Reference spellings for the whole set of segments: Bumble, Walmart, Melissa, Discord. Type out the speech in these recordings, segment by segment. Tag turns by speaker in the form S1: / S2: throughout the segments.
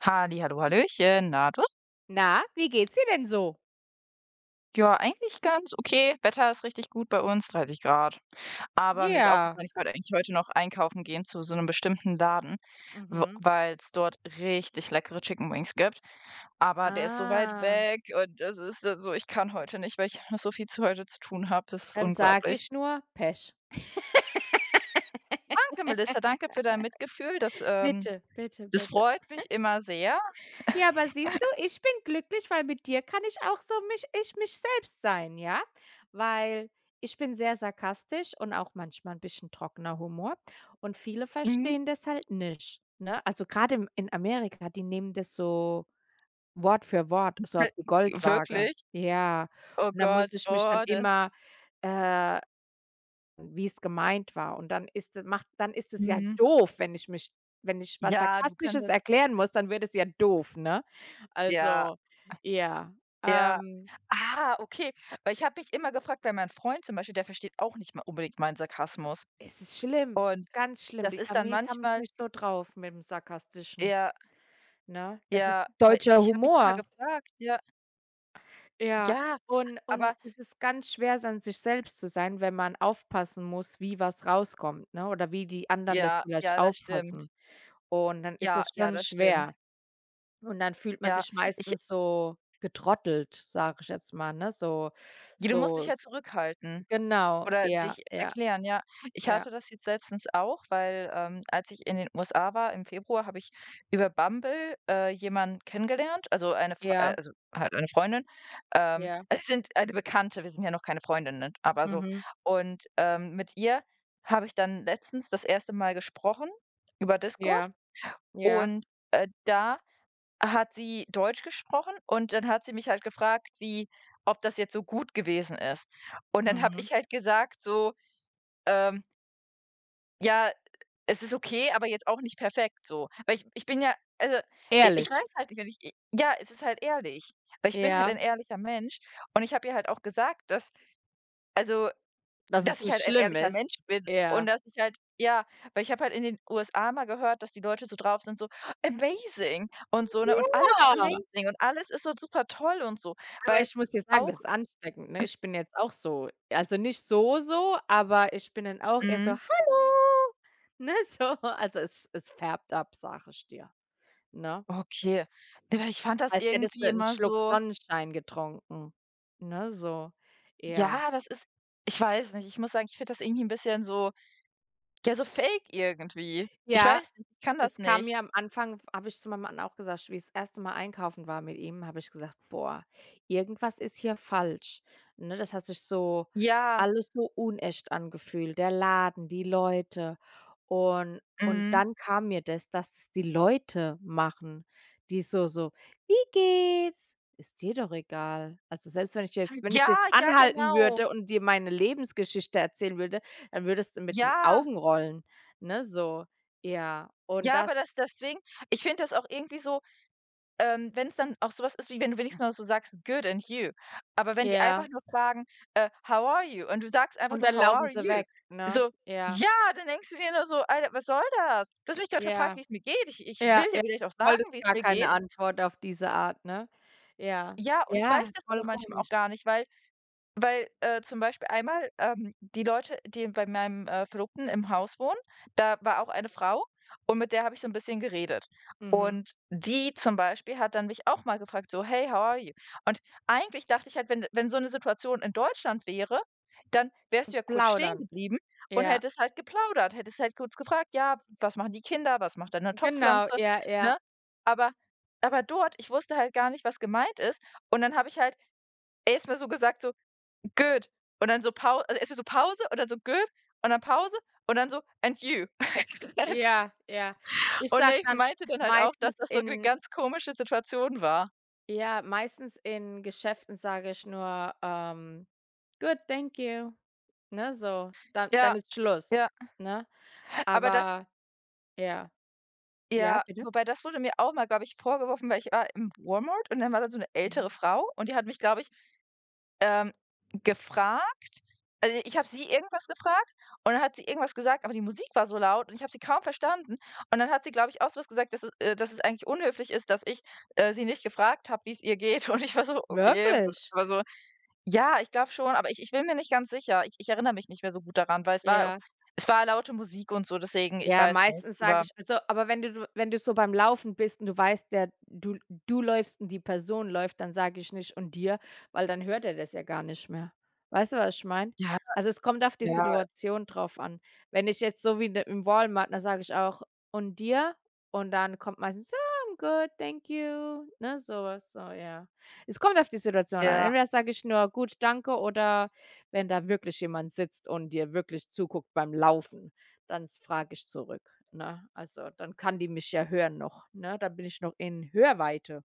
S1: Halli, hallo, hallöchen, na du?
S2: Na, wie geht's dir denn so?
S1: Ja, eigentlich ganz okay. Wetter ist richtig gut bei uns, 30 Grad. Aber mir ist
S2: Ja,
S1: aufgefallen, ich wollte eigentlich heute noch einkaufen gehen zu so einem bestimmten Laden,
S2: mhm.
S1: weil es dort richtig leckere Chicken Wings gibt. Aber der ist so weit
S2: Ah,
S1: weg und das ist so ich kann heute nicht, weil ich noch so viel zu heute zu tun habe. Das ist
S2: dann sage
S1: unglaublich.
S2: ich nur Pech.
S1: Danke, Melissa, danke für dein Mitgefühl. Das
S2: Bitte, bitte,
S1: das
S2: bitte.
S1: freut mich immer sehr.
S2: Ja, aber siehst du, ich bin glücklich, weil mit dir kann ich auch so mich ich mich selbst sein, ja? Weil ich bin sehr sarkastisch und auch manchmal ein bisschen trockener Humor und viele
S1: Mhm.
S2: verstehen das halt nicht, ne? Also, gerade im in Amerika, die nehmen das so Wort für Wort, so
S1: Äh,
S2: auf die Goldwaage.
S1: wirklich?
S2: Ja,
S1: Oh
S2: und da muss
S1: Gott,
S2: ich mich dann
S1: oh, das.
S2: immer, äh wie es gemeint war und dann ist macht dann ist es ja
S1: Mhm.
S2: doof, wenn ich mich wenn ich was
S1: Ja, du kannst
S2: Sarkastisches
S1: das
S2: erklären muss, dann wird es ja doof, ne?
S1: ja.
S2: Also, ja,
S1: Ja.
S2: ähm,
S1: Ah, okay. Weil ich habe mich immer gefragt, weil mein Freund zum Beispiel, der versteht auch nicht mal unbedingt meinen Sarkasmus.
S2: es ist schlimm,
S1: Und
S2: ganz schlimm.
S1: das
S2: Die
S1: ist dann
S2: Amis haben es
S1: manchmal
S2: nicht so drauf mit dem Sarkastischen,
S1: ja,
S2: ne? Das ist
S1: ja, weil
S2: deutscher
S1: ich habe mich immer
S2: Humor.
S1: gefragt, ja,
S2: Ja,
S1: ja,
S2: und
S1: aber
S2: es ist ganz schwer, dann sich selbst zu sein, wenn man aufpassen muss, wie was rauskommt, ne, oder wie die anderen das
S1: ja,
S2: vielleicht
S1: ja, das stimmt.
S2: auffassen. Und dann ist
S1: Ja,
S2: es
S1: ja,
S2: schon
S1: das stimmt.
S2: schwer. Und dann fühlt man
S1: Ja,
S2: sich
S1: ich
S2: meistens so getrottelt, sage ich jetzt mal, ne? So
S1: ja, du musst dich
S2: so
S1: ja
S2: s
S1: zurückhalten.
S2: genau,
S1: Oder
S2: ja,
S1: dich
S2: ja,
S1: erklären, ja. Ich
S2: ja,
S1: hatte das jetzt letztens auch, weil, als ich in den USA war im Februar, habe ich über Bumble, jemanden kennengelernt, also eine Fr
S2: ja,
S1: also halt eine Freundin.
S2: ja,
S1: Also wir sind eine Bekannte, wir sind ja noch keine Freundinnen, ne, aber so.
S2: mhm,
S1: Und, mit ihr habe ich dann letztens das erste Mal gesprochen über Discord
S2: ja, ja,
S1: und, da hat sie Deutsch gesprochen und dann hat sie mich halt gefragt, wie ob das jetzt so gut gewesen ist. Und dann habe
S2: mhm.
S1: ich halt gesagt so ähm, ja, es ist okay, aber jetzt auch nicht perfekt so. Weil ich bin ja also, i ich weiß
S2: Ehrlich,
S1: halt nicht, wenn ich i ja, es ist halt ehrlich, weil ich bin halt ein
S2: ja,
S1: ehrlicher Mensch und ich habe ihr halt auch gesagt,
S2: dass
S1: dass
S2: es
S1: ich
S2: nicht
S1: halt ein
S2: schlimm
S1: ehrlicher
S2: ist.
S1: Mensch bin und
S2: Ja.
S1: dass ich halt ja, weil ich habe halt in den USA mal gehört, dass die Leute so drauf sind, so: „Amazing“ und so, ne? Und alles ist
S2: Ja,
S1: amazing und alles ist so super toll und so,
S2: aber
S1: weil
S2: ich muss dir sagen,
S1: auch
S2: das ist ansteckend, ne? Ich bin jetzt auch so. Also, nicht so so, aber ich bin dann auch eher so:
S1: mhm,
S2: „Hallo!“ Ne, so. Also, es es färbt ab, sage ich dir, ne?
S1: okay. Ja, ich fand das
S2: Als hättest
S1: irgendwie
S2: du 'n
S1: immer
S2: Schluck
S1: so
S2: Sonnenschein getrunken, ne, so. Ja.
S1: ja, das ist ich weiß nicht. Ich muss sagen, ich finde das irgendwie ein bisschen so ja, so fake irgendwie. Ich
S2: Ja,
S1: weiß nicht, ich kann das
S2: es kam
S1: nicht.
S2: mir am Anfang habe ich zu meinem Mann auch gesagt, wie ich das erste Mal einkaufen war mit ihm, habe ich gesagt: „Boah, irgendwas ist hier falsch.“ Ne, das hat sich so
S1: Ja,
S2: alles so unecht angefühlt, der Laden, die Leute. Und
S1: mhm.
S2: dann kam mir das, dass das die Leute machen, die so so: „Wie geht's?“ Ist dir doch egal. Also, selbst wenn ich jetzt wenn ich jetzt
S1: Ja, ja,
S2: anhalten
S1: genau.
S2: würde und dir meine Lebensgeschichte erzählen würde, dann würdest du mit den
S1: Ja,
S2: Augen rollen, ne, so. Ja, und
S1: ja, aber das
S2: das.
S1: deswegen ich finde das auch irgendwie so, wenn es dann auch sowas ist, wie wenn du wenigstens noch so sagst: „Good and you?“ Aber wenn die
S2: Ja.
S1: einfach nur fragen, „How are you?“ Und du sagst einfach
S2: Und
S1: nur:
S2: dann
S1: „How
S2: laufen
S1: are
S2: sie
S1: you?“
S2: weg, ne?
S1: So,
S2: Ja,
S1: ja, dann denkst du dir nur so: „Alter, was soll das? Du hast mich gerade gefragt,
S2: ja,
S1: wie es mir geht. Ich
S2: ja,
S1: will dir
S2: ja.
S1: vielleicht auch
S2: Du wolltest
S1: sagen, wie es
S2: gar
S1: mir
S2: keine
S1: geht.“
S2: Antwort auf diese Art, ne? Ja,
S1: Ja, und ich
S2: ja,
S1: weiß das
S2: voll
S1: aber manchmal auch
S2: komisch.
S1: gar nicht, weil, zum Beispiel einmal, die Leute, die bei meinem, Verlobten im Haus wohnen, da war auch eine Frau und mit der habe ich so ein bisschen geredet.
S2: Mhm.
S1: Und die zum Beispiel hat dann mich auch mal gefragt so: „Hey, how are you?“ Und eigentlich dachte ich halt, wenn so eine Situation in Deutschland wäre, dann wärst du
S2: Und
S1: ja kurz stehen
S2: plaudern.
S1: geblieben und
S2: Ja,
S1: hättest halt geplaudert, hättest halt kurz gefragt: „Ja, was machen die Kinder? Was macht deine
S2: genau,
S1: Topfpflanze?“,
S2: ja, ja,
S1: ne? Aber aber dort ich wusste halt gar nicht, was gemeint ist und dann habe ich halt erstmal so gesagt so Good. Und dann so Pause, also, erst so Pause und dann so good und dann Pause und dann so and you.
S2: ja, ja. Ich
S1: Und
S2: sage
S1: ich
S2: dann
S1: meinte dann halt auch, dass
S2: meistens
S1: das so eine
S2: in
S1: ganz komische Situation war.
S2: ja, meistens in Geschäften sage ich nur, „Good, thank you“, ne, so. Dann
S1: Ja,
S2: dann ist Schluss,
S1: ja,
S2: ne?
S1: aber das
S2: Aber ja. Ja,
S1: ja,
S2: bitte?
S1: wobei das wurde mir auch mal, glaube ich, vorgeworfen, weil ich war im Walmart und dann war da so eine ältere
S2: Mhm.
S1: Frau und die hat mich, glaube ich Ähm, gefragt also, ich habe sie irgendwas gefragt und dann hat sie irgendwas gesagt, aber die Musik war so laut und ich habe sie kaum verstanden. Und dann hat sie, glaube ich, auch so was gesagt, dass es eigentlich unhöflich ist, dass ich, sie nicht gefragt habe, wie es ihr geht. Und ich war so: „Okay“,
S2: Wirklich?
S1: aber so ja, ich glaube schon, aber ich bin mir nicht ganz sicher. Ich erinnere mich nicht mehr so gut daran, weil es war auch
S2: Ja.
S1: es war laute Musik und so, deswegen ich
S2: Ja,
S1: weiß nicht,
S2: meistens sage
S1: aber
S2: ich also, aber wenn du wenn du so beim Laufen bist und du weißt, der du du läufst und die Person läuft, dann sage ich nicht: „Und dir?“ Weil dann hört er das ja gar nicht mehr. Weißt du, was ich meine?
S1: ja,
S2: Also, es kommt auf die
S1: ja,
S2: Situation drauf an. Wenn ich jetzt so wie de im Walmart, dann sage ich auch: „Und dir?“ Und dann kommt meistens: „Ah, I'm good, thank you“, ne, sowas so, ja. Es kommt auf die Situation an.
S1: ja.
S2: Entweder sage ich nur: „Gut, danke“ oder wenn da wirklich jemand sitzt und dir wirklich zuguckt beim Laufen dann frage ich zurück, ne? Also, dann kann die mich ja hören noch, ne? Dann bin ich noch in Hörweite.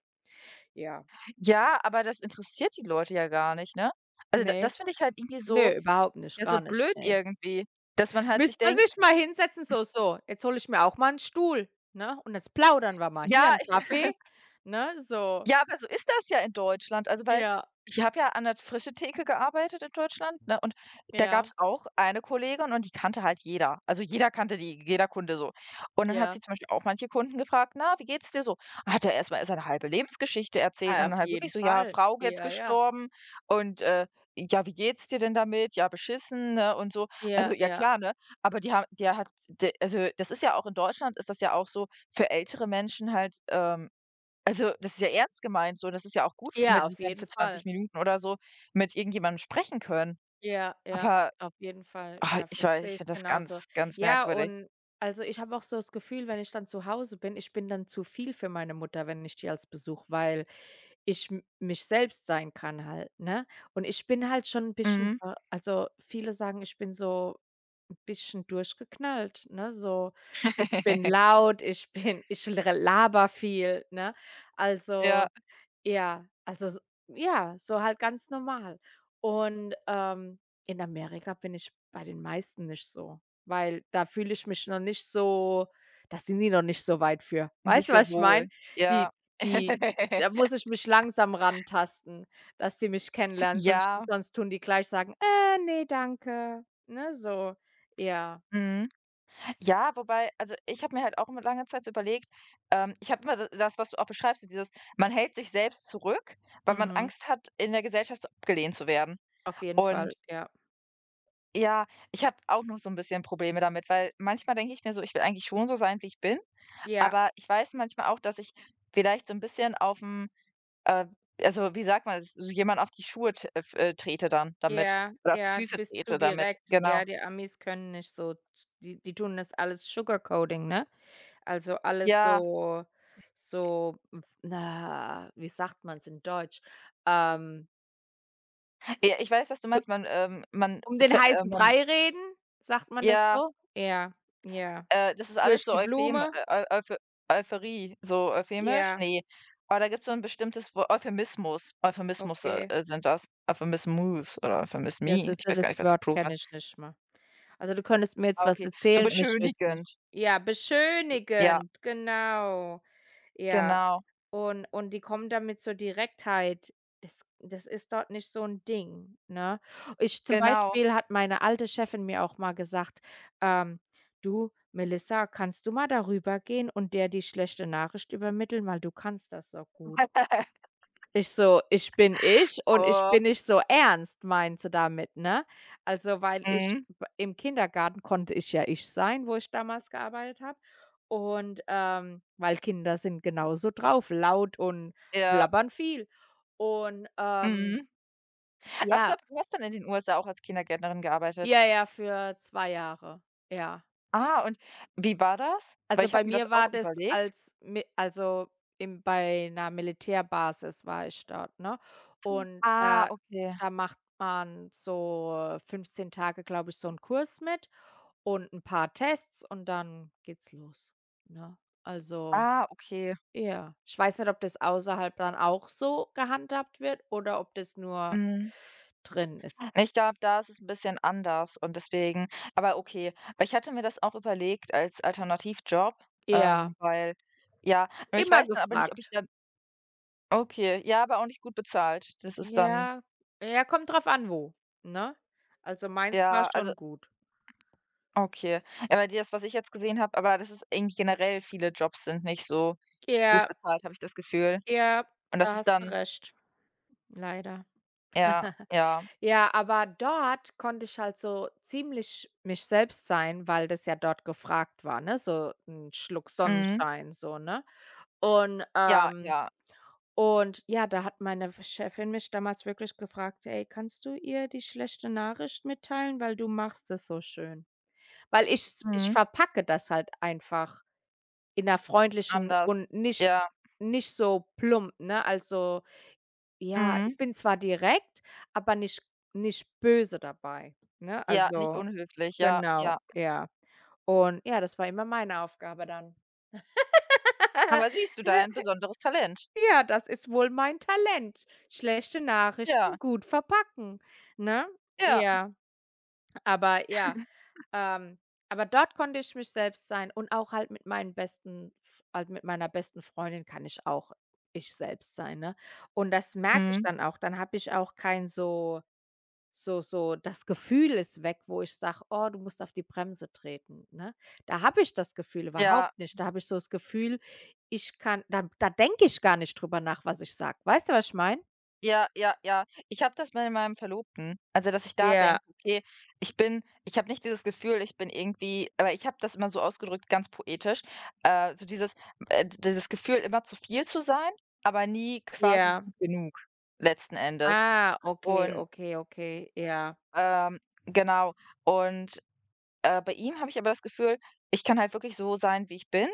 S2: Ja.
S1: Ja, aber das interessiert die Leute ja gar nicht, ne? Also, da
S2: Ne,
S1: das finde ich halt irgendwie so
S2: ne, überhaupt nicht,
S1: ja, so
S2: gar nicht,
S1: blöd
S2: ne.
S1: irgendwie, dass man halt sich
S2: Müsste man
S1: denkt:
S2: sich mal hinsetzen, so: „So, jetzt hole ich mir auch mal einen Stuhl, ne, und jetzt plaudern wir mal.
S1: „Ja,
S2: Hier einen Kaffee“, ne, so.
S1: Ja, aber so ist das ja in Deutschland. Also, weil
S2: Ja,
S1: ich habe ja an der Frischetheke gearbeitet in Deutschland, ne, und da
S2: ja,
S1: gab's auch eine Kollegin und die kannte halt jeder. Also, jeder kannte die, jeder Kunde so. Und dann hat
S2: ja.
S1: sie zum Beispiel auch manche Kunden gefragt: „Na, wie geht's dir so?“ Hat er erst mal seine halbe Lebensgeschichte erzählt
S2: Ah,
S1: und dann
S2: auf
S1: halt wirklich
S2: jeden
S1: so: „Ja,
S2: Fall.
S1: Frau jetzt
S2: Ja, ja.
S1: gestorben und, ja, wie geht's dir denn damit? Ja, beschissen“, ne, und so.
S2: Ja,
S1: Also, ja
S2: ja.
S1: klar, ne? Aber die ha der hat de also, das ist ja auch in Deutschland ist das ja auch so für ältere Menschen halt, also, das ist ja ernst gemeint so. Das ist ja auch gut, f wenn
S2: Ja,
S1: die
S2: auf
S1: dann für
S2: jeden
S1: 20
S2: Fall.
S1: Minuten oder so mit irgendjemandem sprechen können.
S2: Ja, ja,
S1: Aber,
S2: auf jeden Fall.
S1: ah,
S2: Ja,
S1: ich weiß
S2: verstehe
S1: ich
S2: ich
S1: finde das
S2: genauso.
S1: ganz, ganz
S2: Ja,
S1: merkwürdig.
S2: und also, ich habe auch so das Gefühl, wenn ich dann zu Hause bin, ich bin dann zu viel für meine Mutter, wenn ich die als Besuch weil ich m mich selbst sein kann halt, ne? Und ich bin halt schon ein bisschen
S1: Mhm.
S2: ver also, viele sagen, ich bin so ein bisschen durchgeknallt, ne? So, ich bin laut, ich bin ich laber viel, ne?
S1: Ja,
S2: Also ja, also s ja, so halt ganz normal. Und, in Amerika bin ich bei den meisten nicht so, weil da fühle ich mich noch nicht so da sind die noch nicht so weit für.
S1: nicht
S2: Weißt du,
S1: so
S2: was ich
S1: wohl.
S2: meine?
S1: Ja.
S2: Die die da muss ich mich langsam rantasten, dass die mich kennenlernen, sonst
S1: Ja,
S2: sonst tun die gleich sagen: ne, danke.“ Ne, so. Ja,
S1: mhm. Ja, wobei also, ich habe mir halt auch immer lange Zeit so überlegt ich habe immer d das, was du auch beschreibst, so dieses man hält sich selbst zurück, weil man
S2: mhm,
S1: Angst hat, in der Gesellschaft so abgelehnt zu werden.
S2: auf jeden Fall,
S1: Und
S2: ja.
S1: ja, ich habe auch noch so 'n bisschen Probleme damit, weil manchmal denke ich mir so: „Ich will eigentlich schon so sein, wie ich bin“,
S2: Ja.
S1: aber ich weiß manchmal auch, dass ich vielleicht so 'n bisschen aufm, äh also, wie sagt man, das, so jemand auf die Schuhe t f trete dann damit
S2: Ja,
S1: oder auf die
S2: ja, du
S1: Füße
S2: bist du
S1: trete damit,
S2: direkt.
S1: genau.
S2: Ja, die Amis können nicht so z die die tun das alles Sugarcoating, ne? Also, alles
S1: Ja,
S2: so so, w na, wie sagt man's in Deutsch? Ähm,
S1: ja, ich weiß, was du
S2: du
S1: meinst. Man, man
S2: um den
S1: ver
S2: heißen
S1: man
S2: Brei reden, sagt man das
S1: ja.
S2: so? Ja, ja.
S1: Das ist alles
S2: Durch
S1: so
S2: die
S1: Eupheme
S2: Blume?
S1: Eu Euphe Euphorie, so euphemisch?
S2: Ja,
S1: Ne. Aber da gibt's so 'n bestimmtes Wo Euphemismus. Euphemismus,
S2: okay.
S1: sind das. Euphemismus oder
S2: Ja,
S1: Euphemismi. Ich
S2: siehste,
S1: weiß gar nicht,
S2: das
S1: was der
S2: Wort
S1: Plural
S2: kenne ich nicht mal. Also, du könntest mir jetzt
S1: Ah,
S2: was
S1: okay. So
S2: erzählen und ich wüsste es
S1: beschönigend.
S2: nicht. Ja,
S1: Ja,
S2: beschönigend, genau. Ja.
S1: genau,
S2: Und die kommen da mit so Direktheit. Das das ist dort nicht so ein Ding, ne? Ich zum
S1: genau.
S2: Beispiel hat meine alte Chefin mir auch mal gesagt, ähm: „Du, Melissa, kannst du mal darüber gehen und der die schlechte Nachricht übermitteln, weil du kannst das so gut?“ Ich so: „Ich bin ich und ich
S1: Oh,
S2: bin nicht so ernst“, meint sie damit, ne? Also, weil ich
S1: mhm,
S2: b im Kindergarten konnte ich ja ich sein, wo ich damals gearbeitet habe. Und, weil Kinder sind genauso drauf, laut und
S1: ja,
S2: blabbern viel. Und,
S1: mhm. Ach so,
S2: ja
S1: du hast dann in den USA auch als Kindergärtnerin gearbeitet.
S2: ja, ja, für 2 Jahre, ja.
S1: Ah, und wie war das? Weil
S2: Also,
S1: ich
S2: bei
S1: habe mir
S2: mir
S1: das
S2: war
S1: auch
S2: das
S1: überlegt.
S2: als mi also, im bei einer Militärbasis war ich dort, ne? Und
S1: Ah,
S2: da
S1: okay.
S2: da macht man so 15 Tage, glaube ich, so einen Kurs mit und ein paar Tests und dann geht's los, ne? Also
S1: Ah, okay.
S2: ja. Ich weiß nicht, ob das außerhalb dann auch so gehandhabt wird oder ob das nur
S1: Mhm.
S2: drin ist.
S1: Ich glaube, da ist es ein bisschen anders und deswegen aber okay. Aber ich hatte mir das auch überlegt als Alternativjob,
S2: Ja,
S1: weil ja, nur ich
S2: immer
S1: weiß dann aber nicht, ob ich
S2: gefragt.
S1: dann okay, ja, aber auch nicht gut bezahlt. Das ist dann
S2: Ja, ja, kommt drauf an wo, ne? Also, meins war
S1: ja, also
S2: schon gut.
S1: okay. Aber das, was ich jetzt gesehen habe aber das ist irgendwie generell viele Jobs sind nicht so gut
S2: Ja,
S1: bezahlt, habe ich das Gefühl.
S2: ja,
S1: Und das
S2: da
S1: ist
S2: hast du
S1: dann
S2: recht, leider.
S1: ja, ja,
S2: Ja, aber dort konnte ich halt so ziemlich mich selbst sein, weil das ja dort gefragt war, ne? So ein Schluck
S1: mhm,
S2: Sonnenschein so, ne? Und,
S1: ja,
S2: ähm
S1: ja,
S2: und ja, da hat meine Chefin mich damals wirklich gefragt: „Ey, kannst du ihr die schlechte Nachricht mitteilen, weil du machst es so schön?“ Weil ich
S1: mhm,
S2: verpacke das halt einfach in 'ner freundlichen
S1: anders.
S2: und nicht
S1: Ja,
S2: nicht so plump, ne? Also ja,
S1: mhm,
S2: ich bin zwar direkt, aber nicht nicht böse dabei, ne?
S1: ja, nicht
S2: Also,
S1: unhöflich, ja,
S2: genau,
S1: ja.
S2: ja. Und ja, das war immer meine Aufgabe dann.
S1: Aber siehst du da ein besonderes Talent?
S2: Ja, das ist wohl mein Talent. Schlechte
S1: Ja,
S2: Nachrichten gut verpacken, ne?
S1: ja,
S2: Ja, ja, ähm, aber dort konnte ich mich selbst sein und auch halt mit meinen besten halt mit meiner besten Freundin kann ich auch ich selbst sein, ne? Und das merke ich
S1: mhm,
S2: dann auch. Dann habe ich auch kein so So so das Gefühl ist weg, wo ich sage: „Oh, du musst auf die Bremse treten“, ne? Da habe ich das Gefühl
S1: ja,
S2: überhaupt nicht. Da habe ich so das Gefühl, ich kann da denke ich gar nicht drüber nach, was ich sage. Weißt du, was ich meine?
S1: ja, ja, ja. Ich habe das bei meinem Verlobten. Also, dass ich da
S2: Ja,
S1: denke: „Okay, ich bin ich habe nicht dieses Gefühl, ich bin irgendwie“ aber ich habe das immer so ausgedrückt, ganz poetisch, so dieses dieses Gefühl, immer zu viel zu sein, aber nie quasi
S2: ja.
S1: gut genug letzten Endes.
S2: Ah, okay,
S1: Und,
S2: okay, okay. Ja,
S1: ähm genau. Und, bei ihm habe ich aber das Gefühl, ich kann halt wirklich so sein, wie ich bin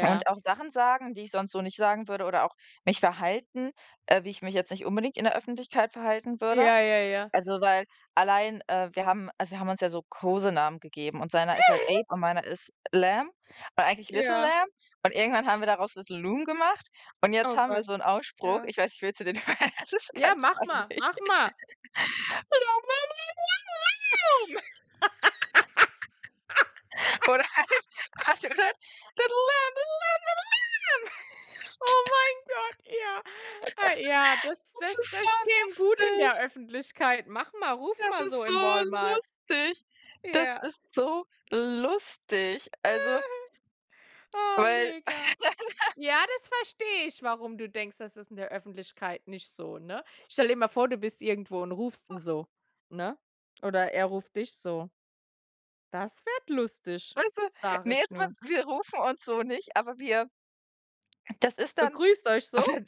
S1: Und auch Sachen sagen, die ich sonst so nicht sagen würde oder auch mich verhalten, wie ich mich jetzt nicht unbedingt in der Öffentlichkeit verhalten würde.
S2: Ja, ja, ja.
S1: Also, weil allein, wir haben also, wir haben uns ja so Kosenamen gegeben und seiner ist halt Ape und meiner ist Lamb und eigentlich Little
S2: Ja.
S1: Lamb und irgendwann haben wir daraus Little Loom gemacht und jetzt
S2: Oh
S1: haben wir
S2: Gott.
S1: so einen Ausspruch,
S2: Ja.
S1: ich weiß nicht, willst du den hören? Das ist
S2: Ja,
S1: ganz
S2: mach mal,
S1: peinlich.
S2: mach mal.
S1: Little Loom oder halt oder halt Little Lamb.
S2: Oh mein Gott, ja. Ah, ja, das
S1: Das
S2: das
S1: ist so
S2: das käme gut in der
S1: lustig.
S2: Öffentlichkeit. Mach mal, ruf
S1: Das
S2: mal so
S1: ist so
S2: im Walmart.
S1: lustig. Das
S2: Ja.
S1: ist so lustig. Also,
S2: Oh,
S1: weil,
S2: mega. Ja, das verstehe ich, warum du denkst, das ist in der Öffentlichkeit nicht so, ne? Stell dir mal vor, du bist irgendwo und rufst ihn so, ne? Oder er ruft dich so. Das wird lustig,
S1: weißt du,
S2: sage
S1: ne,
S2: ich
S1: jetzt mal
S2: nur.
S1: wir rufen uns so nicht, aber wir das ist dann
S2: Begrüßt euch so?
S1: aber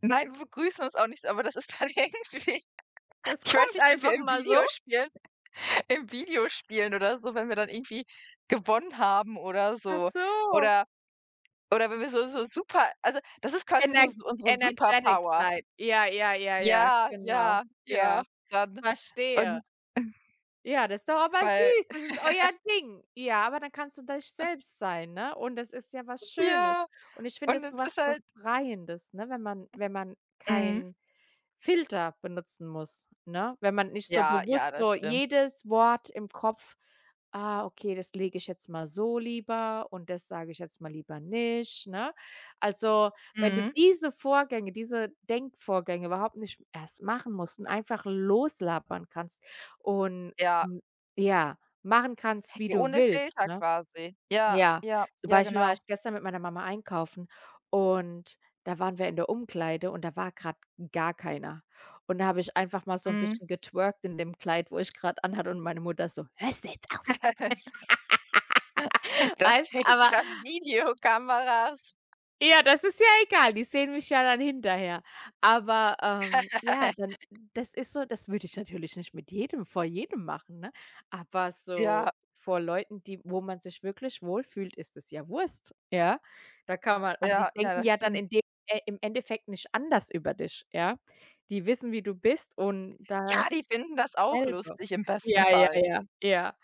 S1: nein, wir begrüßen uns auch nicht, aber das ist dann irgendwie
S2: Das
S1: ich weiß
S2: kommt
S1: nicht, wenn wir
S2: einfach mal so?
S1: Im Videospielen oder so, wenn wir dann irgendwie gewonnen haben oder
S2: Ach
S1: so.
S2: so.
S1: Oder oder wenn wir so so super also, das ist quasi
S2: Ener
S1: so so unsere
S2: energetic
S1: Superpower.
S2: seid. Ja, ja, ja, ja,
S1: Ja,
S2: genau.
S1: ja, ja,
S2: Ja,
S1: dann
S2: verstehe.
S1: und
S2: Ja, das ist doch aber
S1: weil
S2: süß. Das ist euer Ding. Ja, aber dann kannst du dich selbst sein, ne? Und das ist ja was Schönes.
S1: ja.
S2: Und ich finde
S1: Und
S2: es
S1: es
S2: so
S1: ist
S2: was
S1: halt
S2: Befreiendes, ne, wenn man wenn man
S1: mhm,
S2: keinen Filter benutzen muss, ne? Wenn man nicht so
S1: ja, ja,
S2: bewusst
S1: das
S2: so
S1: stimmt.
S2: jedes Wort im Kopf: „Ah, okay, das lege ich jetzt mal so lieber und das sage ich jetzt mal lieber nicht“, ne? Also, wenn du
S1: Mhm,
S2: diese Vorgänge, diese Denkvorgänge überhaupt nicht erst machen musst und einfach loslabern kannst und
S1: ja.
S2: hm, ja, machen kannst, wie
S1: Ja,
S2: du
S1: ohne
S2: willst,
S1: Filter
S2: ne?
S1: quasi. Ja,
S2: Ja,
S1: ja,
S2: zum
S1: ja,
S2: Beispiel war
S1: genau.
S2: ich gestern mit meiner Mama einkaufen und da waren wir in der Umkleide und da war grad gar keiner. Und da habe ich einfach mal so 'n
S1: Mhm.
S2: bisschen getwerkt in dem Kleid, wo ich grad anhatte und meine Mutter so: „Hörst du jetzt auf?“
S1: Das
S2: Weißt,
S1: sind
S2: aber
S1: ja Videokameras.
S2: ja, das ist ja egal, die sehen mich ja dann hinterher. Aber, ja, dann das ist so das würde ich natürlich nicht mit jedem vor jedem machen, ne? Aber so
S1: Ja,
S2: vor Leuten, die wo man sich wirklich wohlfühlt, ist es ja Wurst, ja? Da kann man aber die
S1: ja, ja,
S2: denken
S1: das
S2: ja dann
S1: stimmt.
S2: in dem im Endeffekt nicht anders über dich, ja? Die wissen, wie du bist und
S1: Ja, die finden das auch
S2: dasselbe.
S1: lustig im besten
S2: Ja, ja,
S1: Fall.
S2: ja, ja.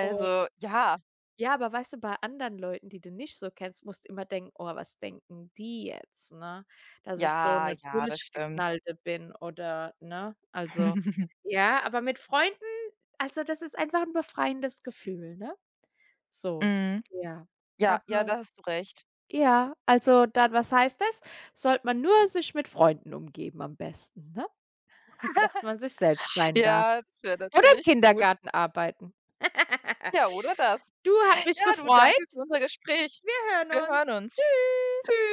S2: Und
S1: ja,
S2: ja, aber weißt du, bei anderen Leuten, die du nicht so kennst, musst du immer denken: „Oh, was denken die jetzt“, ne? Dass ich so
S1: ja,
S2: eine
S1: ja, das stimmt.
S2: Durchgeknallte bin oder ne? Also ja, aber mit Freunden also, das ist einfach ein befreiendes Gefühl, ne? So,
S1: Mhm.
S2: ja.
S1: Ja, ja,
S2: Aber
S1: da hast du recht.
S2: ja, also dann, was heißt das? Sollte man nur sich mit Freunden umgeben am besten, ne? Dass man sich selbst sein darf.
S1: Ja, das wäre
S2: Oder im
S1: natürlich gut.
S2: Kindergarten arbeiten.
S1: Ja, oder das.
S2: Du, hat mich
S1: Ja, du,
S2: gefreut.
S1: danke für unser Gespräch.
S2: Wir
S1: Wir
S2: hören
S1: hören
S2: uns.
S1: uns.
S2: Tschüss.
S1: Tschüss.